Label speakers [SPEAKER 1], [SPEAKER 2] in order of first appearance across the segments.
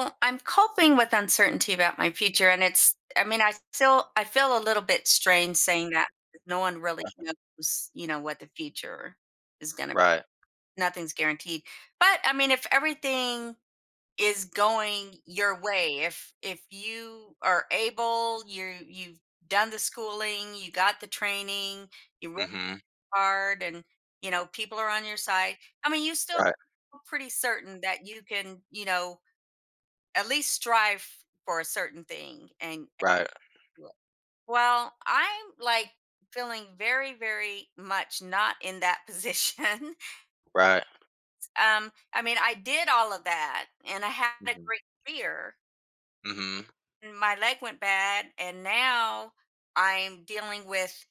[SPEAKER 1] Well, I'm coping with uncertainty about my future, and it's I mean, I feel a little bit strange saying that 'cause no one really knows, you know, what the future is gonna
[SPEAKER 2] Right.
[SPEAKER 1] nothing's guaranteed. But I mean, if everything is going your way, if you are able, you've done the schooling, you got the training, you work
[SPEAKER 2] Mhm.
[SPEAKER 1] hard and, you know, people are on your side. I mean, you still
[SPEAKER 2] Right,
[SPEAKER 1] feel pretty certain that you can, you know, at least strive for a certain thing and
[SPEAKER 2] right,
[SPEAKER 1] do it. Well, I'm, like, feeling very, very much not in that position.
[SPEAKER 2] right.
[SPEAKER 1] I mean, I did all of that, and I had a
[SPEAKER 2] Mhm.
[SPEAKER 1] great career,
[SPEAKER 2] Mhm.
[SPEAKER 1] and my leg went bad, and now I'm dealing with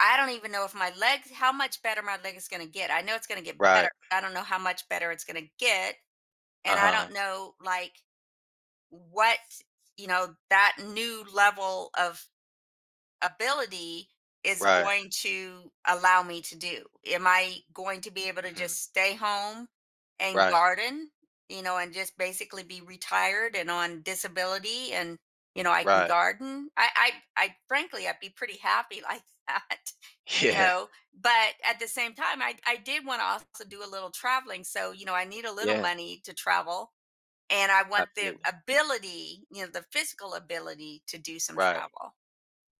[SPEAKER 1] I don't even know if my leg, how much better my leg is gonna get. I know it's gonna get better.
[SPEAKER 2] Right.
[SPEAKER 1] I don't know how much better it's gonna get, and I
[SPEAKER 2] Uh-huh.
[SPEAKER 1] don't know, like, what, you know, that new level of ability is
[SPEAKER 2] Right.
[SPEAKER 1] going to allow me to do. Am I going to be able to
[SPEAKER 2] Mhm.
[SPEAKER 1] just stay home and
[SPEAKER 2] Right,
[SPEAKER 1] garden, you know, and just basically be retired and on disability and, you know, I can
[SPEAKER 2] right.
[SPEAKER 1] garden. I'd be pretty happy like that. You
[SPEAKER 2] Yeah,
[SPEAKER 1] know, but at the same time I did want to also do a little traveling, so, you know, I need a little
[SPEAKER 2] yeah,
[SPEAKER 1] money to travel and I want the
[SPEAKER 2] absolutely.
[SPEAKER 1] ability, you know, the physical ability to do some
[SPEAKER 2] Right,
[SPEAKER 1] travel.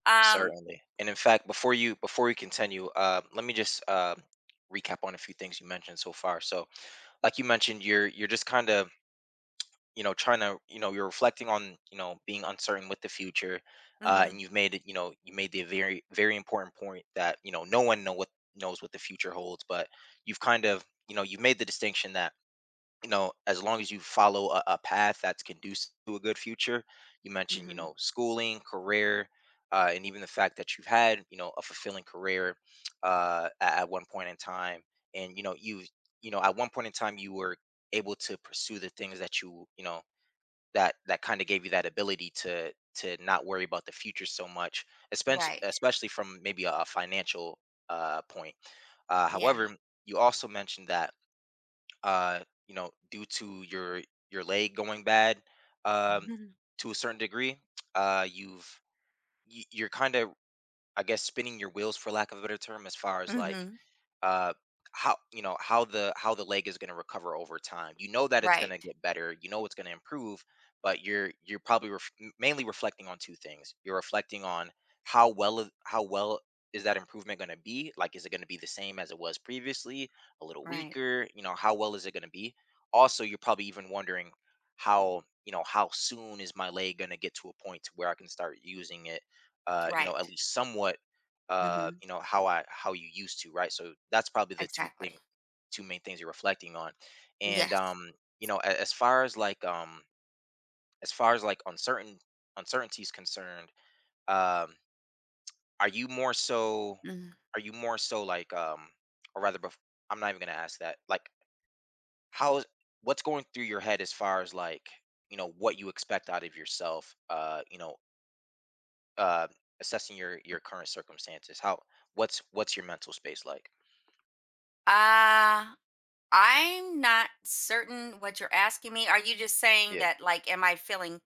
[SPEAKER 1] Um
[SPEAKER 2] certainly. And in fact, before we continue, let me just recap on a few things you mentioned so far. So, like you mentioned, you're just kinda, you know, trying to, you know, you're reflecting on, you know, being uncertain with the future,
[SPEAKER 1] Mhm,
[SPEAKER 2] and you've made it you know you made the very, very important point that, you know, no one knows what the future holds. But you've kind of, you know, you've made the distinction that, you know, as long as you follow a path that's conducive to a good future. You mentioned, you
[SPEAKER 1] mhm.
[SPEAKER 2] know, schooling, career, and even the fact that you've had, you know, a fulfilling career at one point in time, and, you know, you know, at one point in time you were able to pursue the things that you know, that kind of gave you that ability to not worry about the future so much,
[SPEAKER 1] Right.
[SPEAKER 2] especially from maybe a financial, point.
[SPEAKER 1] Yeah.
[SPEAKER 2] However, you also mentioned that, uh, you know, due to your leg going bad, um,
[SPEAKER 1] Mhm.
[SPEAKER 2] to a certain degree, you've you're kind of, I guess, spinning your wheels for lack of a better term, as far as like,
[SPEAKER 1] Mhm.
[SPEAKER 2] uh how, you know, how the leg is going to recover over time. You know that it's going
[SPEAKER 1] Right.
[SPEAKER 2] to get better. You know it's going to improve. But you're probably mainly reflecting on two things. You're reflecting on how well how well is that improvement going to be. Like, is it going to be the same as it was previously, a little
[SPEAKER 1] Right.
[SPEAKER 2] weaker? You know, how well is it going to be? Also, you're probably even wondering how, you know, how soon is my leg going to get to a point to where I can start using it, you know, at
[SPEAKER 1] Right.
[SPEAKER 2] least somewhat,
[SPEAKER 1] Mhm.
[SPEAKER 2] you know, how you used to, right? So that's probably the
[SPEAKER 1] Exactly.
[SPEAKER 2] two main things you're reflecting on. And
[SPEAKER 1] Yes.
[SPEAKER 2] you know, as far as like, uncertain, uncertainty is concerned, um are you more so,
[SPEAKER 1] Mhm.
[SPEAKER 2] are you more so like, or rather bef- I'm not even gonna ask that like how, what's going through your head as far as like, you know, what you expect out of yourself, uh assessing your current circumstances. How, what's your mental space like?
[SPEAKER 1] Uh, I'm not certain what you're asking me. Are you just saying that, like, am I feeling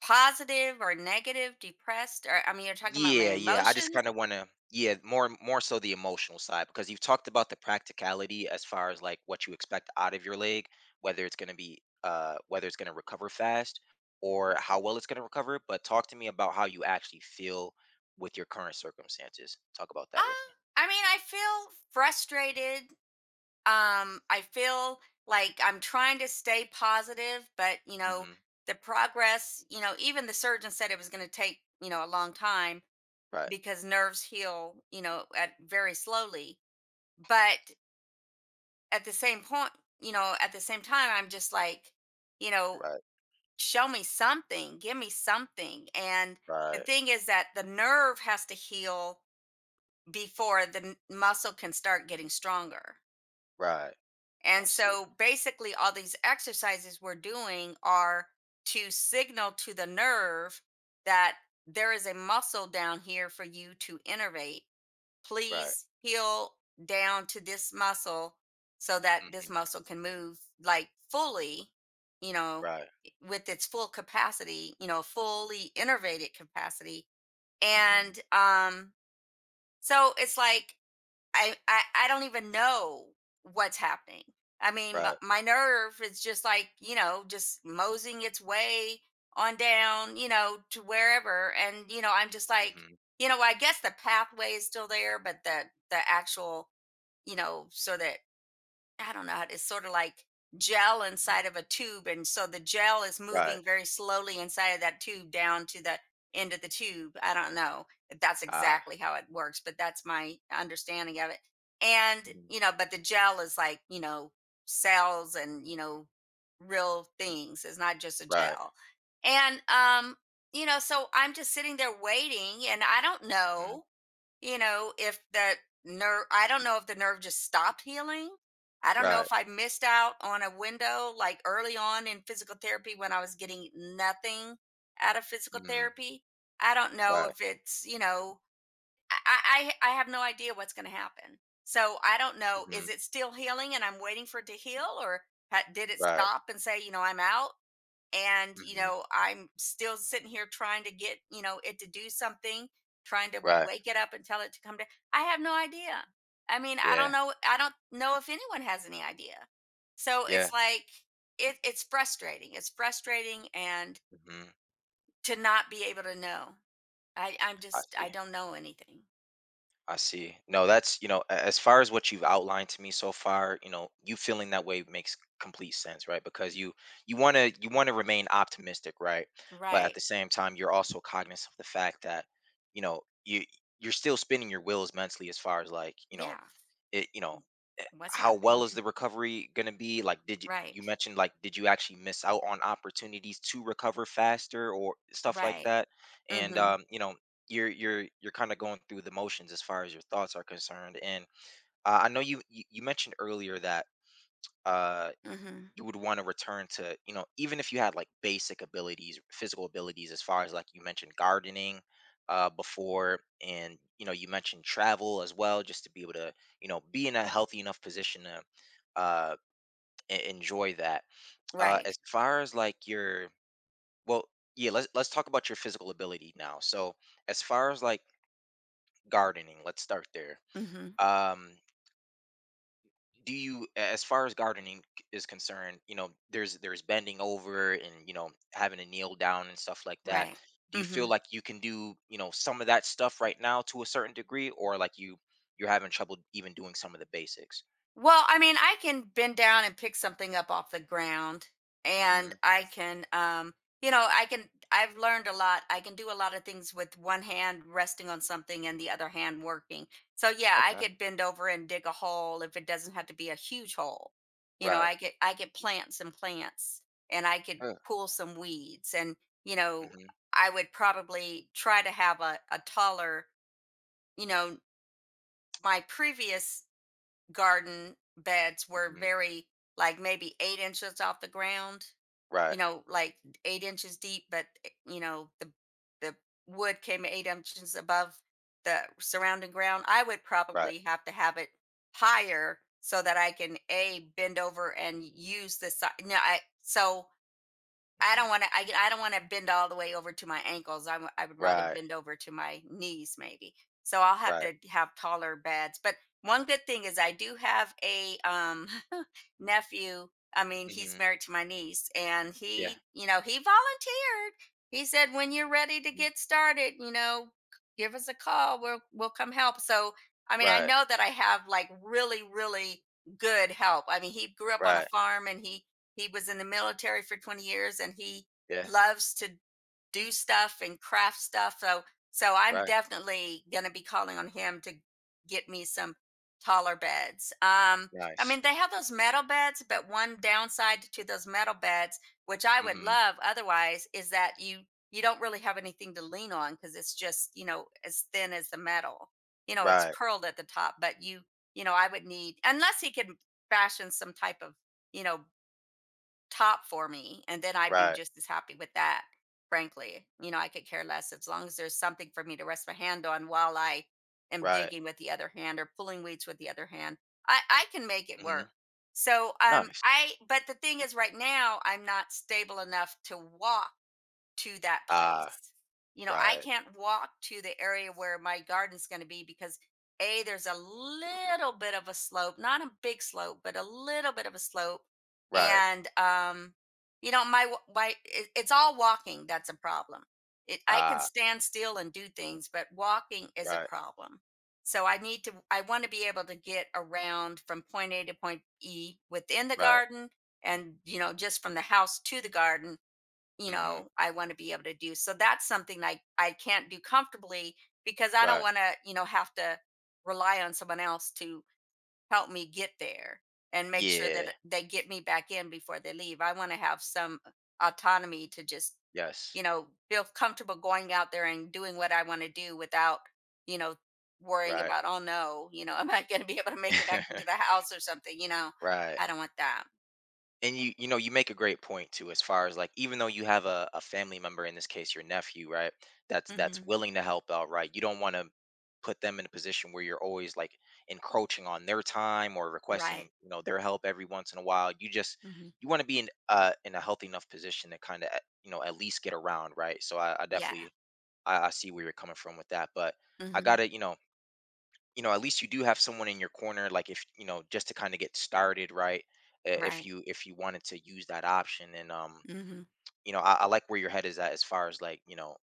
[SPEAKER 1] positive or negative, depressed? Or I mean, you're talking about my
[SPEAKER 2] Yeah, yeah. I just
[SPEAKER 1] emotions?
[SPEAKER 2] kind of want to, yeah, more, more so the emotional side, because you've talked about the practicality as far as like what you expect out of your leg, whether it's going to be, whether it's going to recover fast or how well it's going to recover, but talk to me about how you actually feel with your current circumstances. Talk about
[SPEAKER 1] Uh,
[SPEAKER 2] that with me.
[SPEAKER 1] I mean, I feel frustrated. I feel like I'm trying to stay positive, but, you know,
[SPEAKER 2] Mhm.
[SPEAKER 1] the progress, you know, even the surgeon said it was going to take, you know, a long time
[SPEAKER 2] Right.
[SPEAKER 1] because nerves heal, you know, at very slowly. But at the same point, you know, at the same time I'm just like, you know,
[SPEAKER 2] Right.
[SPEAKER 1] show me something, give me something. And the
[SPEAKER 2] Right.
[SPEAKER 1] thing is that the nerve has to heal before the muscle can start getting stronger.
[SPEAKER 2] Right. I
[SPEAKER 1] And
[SPEAKER 2] see.
[SPEAKER 1] so basically, all these exercises we're doing are to signal to the nerve that there is a muscle down here for you to innervate.
[SPEAKER 2] Right.
[SPEAKER 1] Please heal down to this muscle so that this
[SPEAKER 2] Mhm.
[SPEAKER 1] muscle can move like fully, you know,
[SPEAKER 2] Right.
[SPEAKER 1] with its full capacity, you know, fully innervated capacity.
[SPEAKER 2] Mhm.
[SPEAKER 1] And so it's like I don't even know what's happening. I mean, my,
[SPEAKER 2] Right.
[SPEAKER 1] my nerve is just like, you know, just moseying its way on down, you know, to wherever, and, you know, I'm just like,
[SPEAKER 2] Mhm.
[SPEAKER 1] you know, I guess the pathway is still there, but the actual, you know, so the I don't know how to, it's sort of like gel
[SPEAKER 2] Mhm.
[SPEAKER 1] inside of a tube. And so the gel is
[SPEAKER 2] Right.
[SPEAKER 1] moving very slowly inside of that tube down to the end of the tube. I don't know if that's
[SPEAKER 2] Ah.
[SPEAKER 1] exactly how it works, but that's my understanding of it. And,
[SPEAKER 2] Mhm.
[SPEAKER 1] you know, but the gel is like, you know, cells and, you know, real things. It's not just a
[SPEAKER 2] Right.
[SPEAKER 1] gel. And, you know, so I'm just sitting there waiting and I don't
[SPEAKER 2] Mhm.
[SPEAKER 1] know, you know, if I don't know if the nerve just stopped healing. I don't know
[SPEAKER 2] Right.
[SPEAKER 1] if I missed out on a window like early on in physical therapy when I was getting nothing out of physical
[SPEAKER 2] Mhm.
[SPEAKER 1] therapy. I don't know
[SPEAKER 2] Right.
[SPEAKER 1] if it's, you know, I have no idea what's going to happen. So I don't know.
[SPEAKER 2] Mhm.
[SPEAKER 1] Is it still healing and I'm waiting for it to heal, or did it
[SPEAKER 2] Right.
[SPEAKER 1] stop and say, you know, I'm out? And, you
[SPEAKER 2] Mhm.
[SPEAKER 1] know, I'm still sitting here trying to get, you know, it to do something, trying to
[SPEAKER 2] Right.
[SPEAKER 1] wake it up and tell it to come down. I have no idea. I mean, I don't
[SPEAKER 2] Yeah.
[SPEAKER 1] know. I don't know if anyone has any idea. So
[SPEAKER 2] Yeah.
[SPEAKER 1] it's like, it's frustrating, it's frustrating, and
[SPEAKER 2] Mhm.
[SPEAKER 1] to not be able to know, I I'm
[SPEAKER 2] I
[SPEAKER 1] just I
[SPEAKER 2] see.
[SPEAKER 1] don't know anything.
[SPEAKER 2] I see. No, that's, you know, as far as what you've outlined to me so far, you know, you feeling that way makes complete sense, right? Because you want to, you want to remain optimistic, right? But at
[SPEAKER 1] Right.
[SPEAKER 2] the same time, you're also cognizant of the fact that, you know, you, you're still spinning your wheels mentally as far as like, you know,
[SPEAKER 1] Yeah.
[SPEAKER 2] it, you know, eh,
[SPEAKER 1] What's
[SPEAKER 2] how well
[SPEAKER 1] happening?
[SPEAKER 2] is the recovery going to be? Like, did you,
[SPEAKER 1] Right.
[SPEAKER 2] you mentioned like, did you actually miss out on opportunities to recover faster or stuff like
[SPEAKER 1] Right.
[SPEAKER 2] that? And
[SPEAKER 1] Mhm.
[SPEAKER 2] you know, you're kind of going through the motions as far as your thoughts are concerned. And I know you, you, you mentioned earlier that, uh
[SPEAKER 1] Mhm.
[SPEAKER 2] you would want to return to, you know, even if you had like basic abilities, physical abilities, as far as like you mentioned gardening, before, and, you know, you mentioned travel as well, just to be able to, you know, be in a healthy enough position to uh, enjoy that. As
[SPEAKER 1] Right.
[SPEAKER 2] far as like your, well, yeah, let's talk about your physical ability now. So, as far as like gardening, let's start there.
[SPEAKER 1] Mhm.
[SPEAKER 2] Um, do you, as far as gardening is concerned, you know, there's bending over and, you know, having to kneel down and stuff like that.
[SPEAKER 1] Right.
[SPEAKER 2] Do you feel
[SPEAKER 1] Mhm.
[SPEAKER 2] like you can do, you know, some of that stuff right now to a certain degree, or like you, you're having trouble even doing some of the basics?
[SPEAKER 1] Well, I mean, I can bend down and pick something up off the ground, and
[SPEAKER 2] Hmm.
[SPEAKER 1] I can you know, I can I've learned a lot. I can do a lot of things with one hand resting on something and the other hand working. So yeah, I
[SPEAKER 2] Okay.
[SPEAKER 1] could bend over and dig a hole if it doesn't have to be a huge hole. You know,
[SPEAKER 2] Right.
[SPEAKER 1] I could plant some plants, and I could
[SPEAKER 2] Yeah.
[SPEAKER 1] pull some weeds, and, you know,
[SPEAKER 2] Hmm.
[SPEAKER 1] I would probably try to have a taller, you know, my previous garden beds were
[SPEAKER 2] Hmm.
[SPEAKER 1] very, like, maybe 8 inches off the ground, you
[SPEAKER 2] Right.
[SPEAKER 1] know, like 8 inches deep, but the wood came 8 inches above the surrounding ground. I would
[SPEAKER 2] Right.
[SPEAKER 1] probably have to have it higher so that I can a bend over and use the side. No, I, so I
[SPEAKER 2] Hmm.
[SPEAKER 1] don't want to. I, don't want to bend all the way over to my ankles. I would rather
[SPEAKER 2] Right.
[SPEAKER 1] bend over to my knees, maybe. So I'll have
[SPEAKER 2] Right.
[SPEAKER 1] to have taller beds. But one good thing is I do have a, nephew. I mean, he's
[SPEAKER 2] Hmm.
[SPEAKER 1] married to my niece, and
[SPEAKER 2] Yeah.
[SPEAKER 1] he, you know, he volunteered. He said, "When you're ready to
[SPEAKER 2] Mhm.
[SPEAKER 1] get started, you know, give us a call. We'll come help." So I mean, I
[SPEAKER 2] Right.
[SPEAKER 1] know that I have, like, really, really good help. I mean, he grew up on a
[SPEAKER 2] Right.
[SPEAKER 1] farm, and he was in the military for 20 years, and he
[SPEAKER 2] Yeah.
[SPEAKER 1] loves to do stuff and craft stuff. So I'm
[SPEAKER 2] Right.
[SPEAKER 1] definitely going to be calling on him to get me some taller beds. I
[SPEAKER 2] Nice.
[SPEAKER 1] mean, they have those metal beds, but one downside to those metal beds, which I would
[SPEAKER 2] Hmm.
[SPEAKER 1] love otherwise, is that you don't really have anything to lean on because it's just, you know, as thin as the metal. You know, it's
[SPEAKER 2] Right.
[SPEAKER 1] curled at the top, but you know, I would need, unless he can fashion some type of, you know, top for me, and then I'd be
[SPEAKER 2] Right.
[SPEAKER 1] just as happy with that, frankly. You know, I could care less as long as there's something for me to rest my hand on while I am
[SPEAKER 2] Right.
[SPEAKER 1] digging with the other hand or pulling weeds with the other hand. I can make it
[SPEAKER 2] Hmm.
[SPEAKER 1] work. So
[SPEAKER 2] Nice.
[SPEAKER 1] I, but the thing is, right now I'm not stable enough to walk to that
[SPEAKER 2] Ah.
[SPEAKER 1] place. You know, I
[SPEAKER 2] Right,
[SPEAKER 1] can't walk to the area where my garden's going to be because A, there's a little bit of a slope, not a big slope, but a little bit of a slope.
[SPEAKER 2] right.
[SPEAKER 1] And, you know, my, wa- my, it- it's all walking that's a problem. It, I can
[SPEAKER 2] Ah,
[SPEAKER 1] stand still and do things, but walking is a
[SPEAKER 2] right,
[SPEAKER 1] problem. So I want to be able to get around from point A to point E within the
[SPEAKER 2] right.
[SPEAKER 1] garden, and, you know, just from the house to the garden, you
[SPEAKER 2] Mm. Mhm.
[SPEAKER 1] know, I want to be able to do, so that's something I can't do comfortably because I don't
[SPEAKER 2] Right.
[SPEAKER 1] want to, you know, have to rely on someone else to help me get there and make sure
[SPEAKER 2] Yeah.
[SPEAKER 1] that they get me back in before they leave. I want to have some autonomy to just,
[SPEAKER 2] Yes.
[SPEAKER 1] you know, feel comfortable going out there and doing what I want to do without, you know, worrying
[SPEAKER 2] Right.
[SPEAKER 1] about, oh no, you know, I'm not going to be able to make it back into the house or something. You know,
[SPEAKER 2] Right.
[SPEAKER 1] I don't want that.
[SPEAKER 2] And you know, you make a great point too, as far as like, even though you have a family member, in this case your nephew, right? That's
[SPEAKER 1] Hmm.
[SPEAKER 2] willing to help out, right? You don't want to put them in a position where you're always like encroaching on their time or
[SPEAKER 1] Right.
[SPEAKER 2] requesting, you know, their help every once in a while. You just,
[SPEAKER 1] Hmm.
[SPEAKER 2] you want to be in, in a healthy enough position to kind of, you know, at least get around, right? So I
[SPEAKER 1] Yeah.
[SPEAKER 2] definitely, I see where you're coming from with that, but I
[SPEAKER 1] Hmm.
[SPEAKER 2] gotta, you know, at least you do have someone in your corner, like, if, you know, just to kind of get started, right? If
[SPEAKER 1] Right.
[SPEAKER 2] you, if you wanted to use that option. And
[SPEAKER 1] Hmm.
[SPEAKER 2] you know, I like where your head is at as far as like, you know,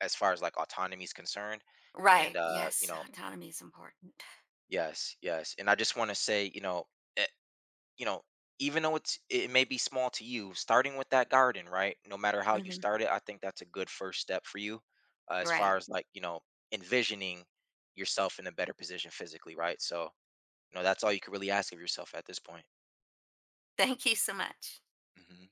[SPEAKER 2] as far as like autonomy is concerned,
[SPEAKER 1] Right.
[SPEAKER 2] and you
[SPEAKER 1] Yes.
[SPEAKER 2] know,
[SPEAKER 1] Autonomy is important.
[SPEAKER 2] yes, yes. And I just want to say, you know, you know, even though it's, it may be small to you, starting with that garden, right? No matter how you
[SPEAKER 1] Hmm.
[SPEAKER 2] start it, I think that's a good first step for you, as far
[SPEAKER 1] Right.
[SPEAKER 2] as like, you know, envisioning yourself in a better position physically, right? So, you know, that's all you can really ask of yourself at this point.
[SPEAKER 1] Thank you so much.
[SPEAKER 2] Mhm.